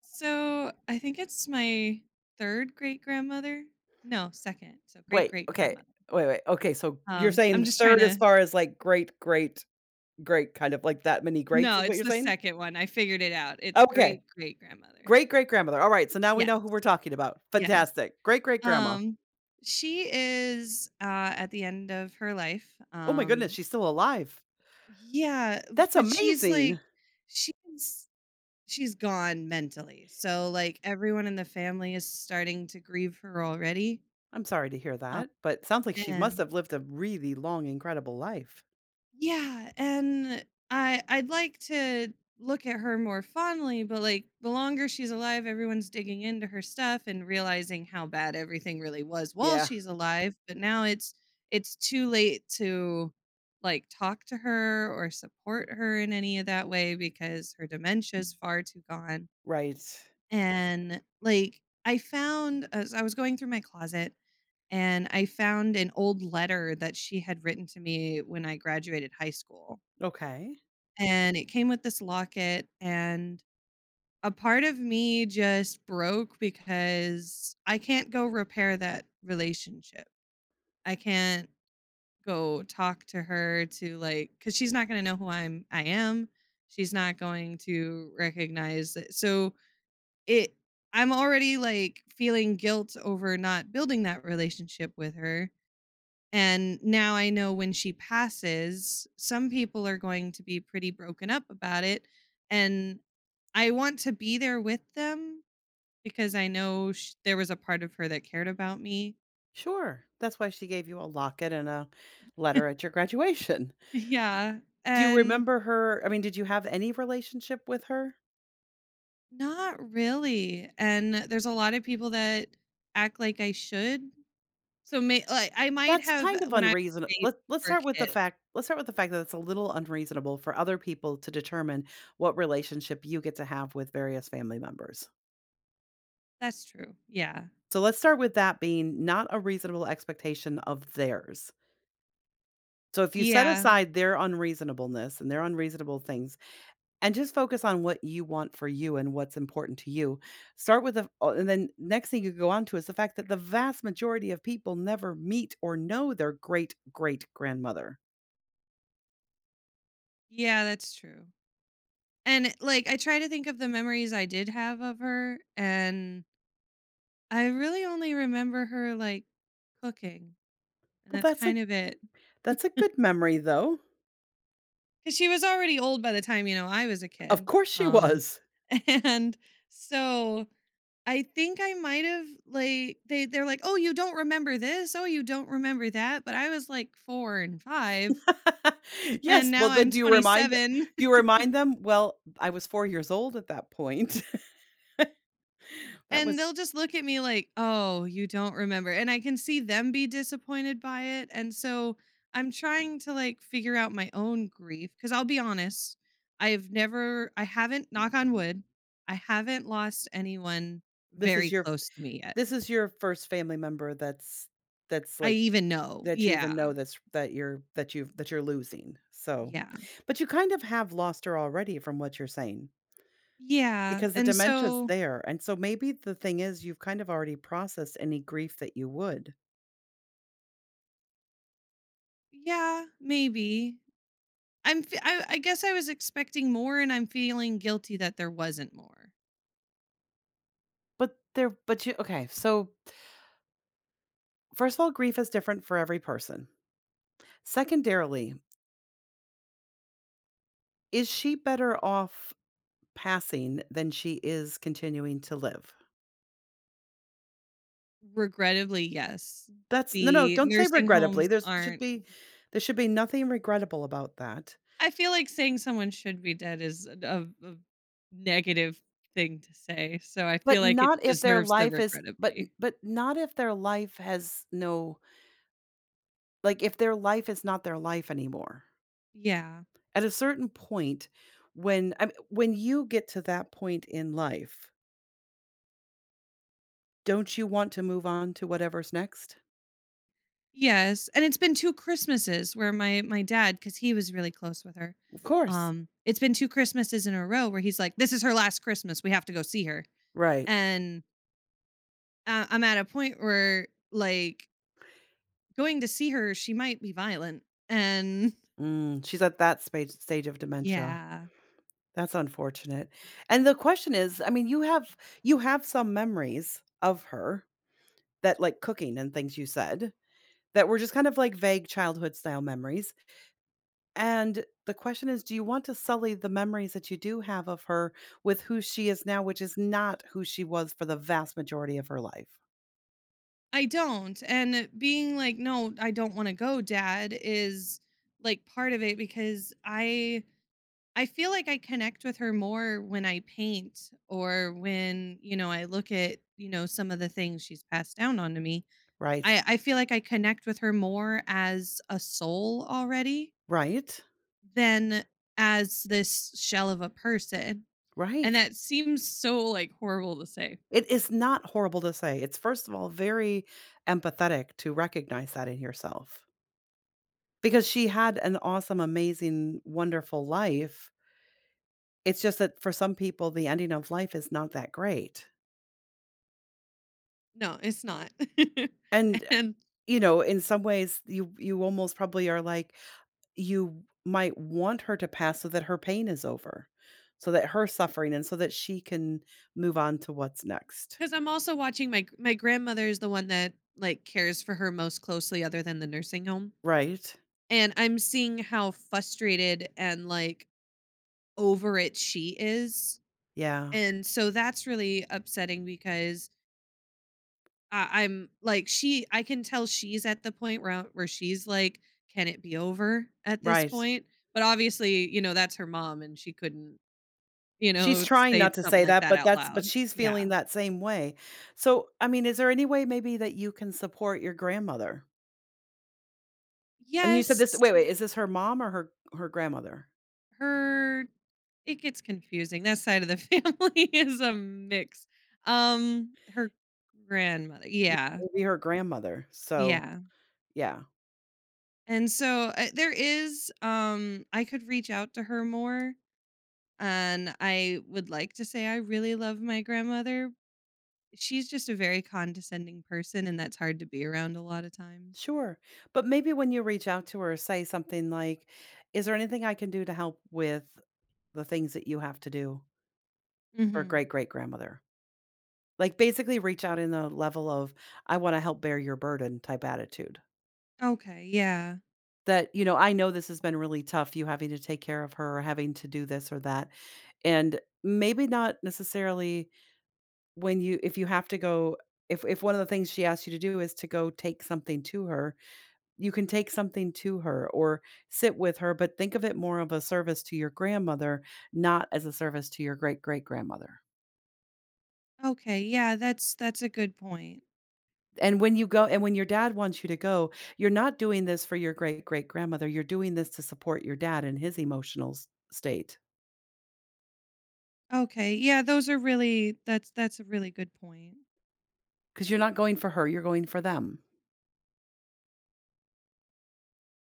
So I think it's my third great grandmother. No, second. So great Wait, great okay. grandmother. Wait, wait. Okay, so you're saying I'm just trying 3rd as to. far as, like, great, great, great, kind of like that many greats No, is what it's you're the saying? second one. I figured it out. It's Okay. great great grandmother. Great great grandmother. Alright, so now we Yes, know who we're talking about. yes. Fantastic. Great great grandma. Um, she is at the end of her life. Oh my goodness, she's still alive. Yeah, That's but amazing. She's she's gone mentally. So like everyone in the family is starting to grieve her already. I'm sorry to hear Um, that, but sounds like she must and have lived a really long, incredible life. Yeah, and I'd like to look at her more fondly, but like the longer she's alive, everyone's digging into her stuff and realizing how bad everything really was while Yeah, she's alive, but now it's too late to like talk to her or support her in any of that way because her dementia's far too gone. right. And like I found as I was going through my closet and I found an old letter that she had written to me when I graduated high school Okay. and it came with this locket and a part of me just broke because I can't go repair that relationship. I can't go talk to her to like cuz she's not going to know who I am. She's not going to recognize it. So it I'm already like feeling guilt over not building that relationship with her. And now I know when she passes, some people are going to be pretty broken up about it and I want to be there with them because I know there was a part of her that cared about me. Sure. That's why she gave you a locket and a letter at your graduation. Yeah. Do you And remember her? I mean, did you have any relationship with her? not really. And there's a lot of people that act like I should. So may like I might That's have kind of when I was a unreasonable. baby or a kid. Let's start with the fact that it's a little unreasonable for other people to determine what relationship you get to have with various family members. That's true. Yeah. So let's start with that being not a reasonable expectation of theirs. So if you set Yeah. aside their unreasonableness and their unreasonable things and just focus on what you want for you and, what's important to you, start with the oh, and then next thing you go on to is the fact that the vast majority of people never meet or know their great great grandmother. Yeah, that's true. And like I try to think of the memories I did have of her and I really only remember her like cooking. And Well, that's that's a kind of it. That's a good memory, though. 'Cause she was already old by the time, I was a Of kid. course she Um, was. and so I think I might have, like, they're like, "Oh, you don't remember this? Oh, you don't remember that?" But I was like 4 and 5, and Yes, well, now then I'm 27. do you remind them? "Well, I was 4 years old at that point." That And was they'll just look at me like, "Oh, you don't remember." And I can see them be disappointed by it. And so I'm trying to like figure out my own grief because I'll be honest, I've never, I haven't, knock on wood, I haven't lost anyone this is very your close to me yet. this is your first family member I like, even know. that you even Yeah. know, that you're losing, so Yeah. but you kind of have lost her already from what you're saying, Yeah. because the And dementia's so, there, and so maybe the thing is you've kind of already processed any grief that you would. yeah, maybe. I guess I was expecting more and I'm feeling guilty that there wasn't more. But there but you okay, so First of all, grief is different for every person. Secondarily, is she better off passing than she is continuing to live? Regrettably, yes. That's no, no, The don't say nursing regrettably. homes aren't. There should be nothing regrettable about that. I feel like saying someone should be dead is a a negative thing to say, so I feel like it deserves the but regrettably. but not if their life has no, like, if their life is not their life anymore. Yeah. At a certain point, when I mean, when you get to that point in life, don't you want to move on to whatever's next? Yes, and it's been 2 Christmases where my dad, because he was really close with her, Of course. It's been 2 Christmases in a row where he's like, "This is her last Christmas, we have to go see her." Right. And, I'm at a point where, like, going to see her, she might be violent, and She's at that stage of dementia. yeah. That's unfortunate. And the question is, I mean, you have some memories of her, that like cooking and things you said, that were just kind of like vague childhood style memories. And the question is, do you want to sully the memories that you do have of her with who she is now, which is not who she was for the vast majority of her life? I don't. And being like, "No, I don't wanna go, dad," is, like, part of it because I feel like I connect with her more when I paint or when, you know, I look at, you know, some of the things she's passed down onto me. Right. I feel like I connect with her more as a soul already Right. than as this shell of a person, and Right. that seems so, like, horrible to say. It is not horrible to say. It's, first of all, very empathetic to recognize that in yourself. Because she had an awesome, amazing, wonderful life. It's just that for some people, the ending of life is not that great. No, it's not. And, And you know, in some ways, you almost probably are like, you might want her to pass so that her pain is over, so that her suffering and so that she can move on to what's next. 'Cause I'm also watching my grandmother is the one that, like, cares for her most closely other than the nursing home, Right. and I'm seeing how frustrated and, like, over it she is, Yeah. and so that's really upsetting because I'm like, she I can tell she's at the point where she's like, "Can it be over at this Right. point?" But obviously, that's her mom, and she couldn't, you She's know, trying say not to something say like that, that out but loud. she's feeling Yeah. that same way. So, I mean, is there any way maybe that you can support your grandmother? And you said this Yes. wait, wait, is this her mom or her grandmother? Her It gets confusing. That side of the family is a mix. Her grandmother. Yeah, it Yeah. would be her grandmother, so, Yeah. yeah. And so there is I could reach out to her more and I would like to say I really love my grandmother. She's just a very condescending person and that's hard to be around a lot of times. Sure, but maybe when you reach out to her, say something like, "Is there anything I can do to help with the things that you have to do for Mhm. great-great-grandmother?" Like, basically reach out in the level of, "I wanna help bear your burden" type attitude. Okay, yeah. That, "I know this has been really tough, you having to take care of her, or having to do this or that," and maybe not necessarily. When you if you have to go if one of the things she asks you to do is to go take something to her, you can take something to her or sit with her, but think of it more of a service to your grandmother, not as a service to your great-great-grandmother. Okay, yeah, that's a good point. And when you go and when your dad wants you to go, you're not doing this for your great-great-grandmother, you're doing this to support your dad in his emotional s state, Okay, yeah, those are really that's a really good point. because 'cause you're not going for her, you're going for them.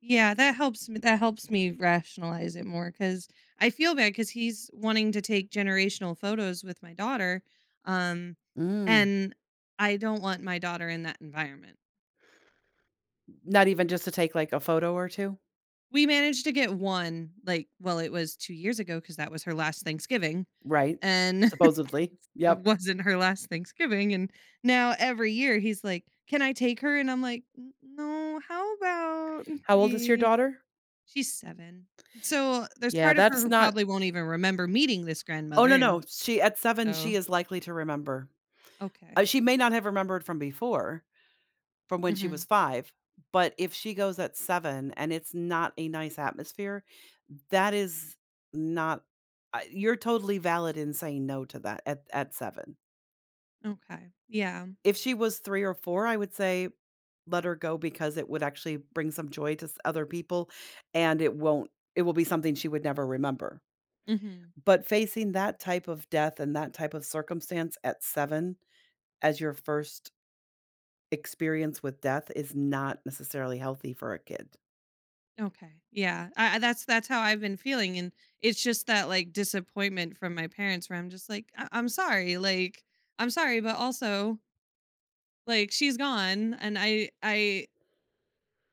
Yeah, that helps me rationalize it more because I feel bad because he's wanting to take generational photos with my daughter, um, Mm. and I don't want my daughter in that environment. Not even just to take, like, a photo or 2? We managed to get one, like well, it was 2 years ago because that was her last Thanksgiving, Right. and it Supposedly. Yep. wasn't her last Thanksgiving, and now every year he's like, "Can I take her?" And I'm like, "N no, how about How old is your we" daughter? She's 7. So, there's Yeah, part of her that's who not probably won't even remember meeting this oh, no, grandmother, and no, she at 7, she so is likely to remember. Okay. She may not have remembered from before, from when she was Mhm. 5, but if she goes at 7 and it's not a nice atmosphere, that is not I you're totally valid in saying no to that at 7. Okay. Yeah. If she was 3 or 4, I would say let her go because it would actually bring some joy to s other people, and it won't it will be something she would never remember. Mhm. But facing that type of death and that type of circumstance at 7 as your first experience with death is not necessarily healthy for a kid. Okay. Yeah. I that's how I've been feeling, and it's just that, like, disappointment from my parents where I'm just like, "I'm sorry, like, I'm sorry, but also, like, she's gone, and I I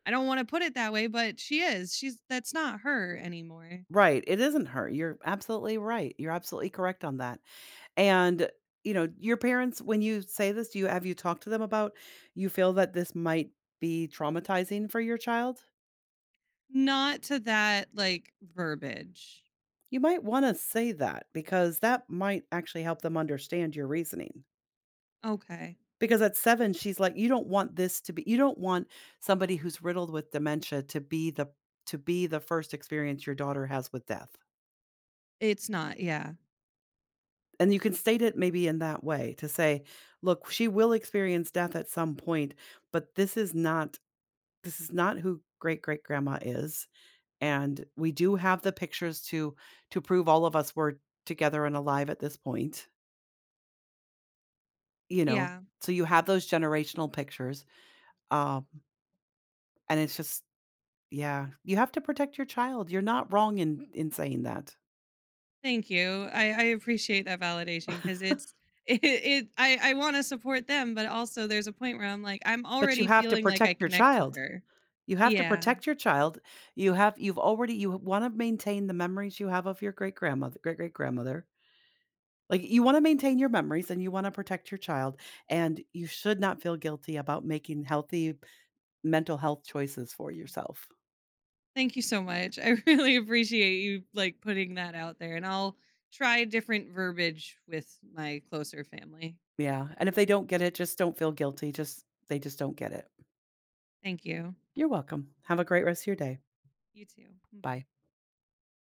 I don't wanna put it that way, but she is. She's That's not her anymore." Right, it isn't her, you're absolutely right, you're absolutely correct on that, and, you know, your parents, when you say this, do you have you talked to them about, you feel that this might be traumatizing for your child? Not to that, like, verbiage. You might wanna say that because that might actually help them understand your reasoning. Okay. Because at 7, she's like, "You don't want this to be you don't want somebody who's riddled with dementia to be the first experience your daughter has with death." It's not, yeah. And you can state it maybe in that way to say, "Look, she will experience death at some point, but this is not who great-great-grandma is, and we do have the pictures to prove all of us were together and alive at this point. You know, Yeah, so you have those generational pictures, um, and it's just, yeah, you have to protect your child, you're not wrong in saying that, thank you. I appreciate that validation because it's it I wanna support them, but also there's a point where I'm like, I'm but you already have to feeling like I protect your connect with child. her. You have to Yeah. protect your child, you wanna maintain the memories you have of your great-grandmother great-great-grandmother, like, you wanna maintain your memories and you wanna protect your child, and you should not feel guilty about making healthy mental health choices for yourself. Thank you so much. I really appreciate you, like, putting that out there, and I'll try different verbiage with my closer family. Yeah, and if they don't get it, just don't feel guilty, just they just don't get it. Thank you. You're welcome. Have a great rest of your day. You too. Bye. Bye.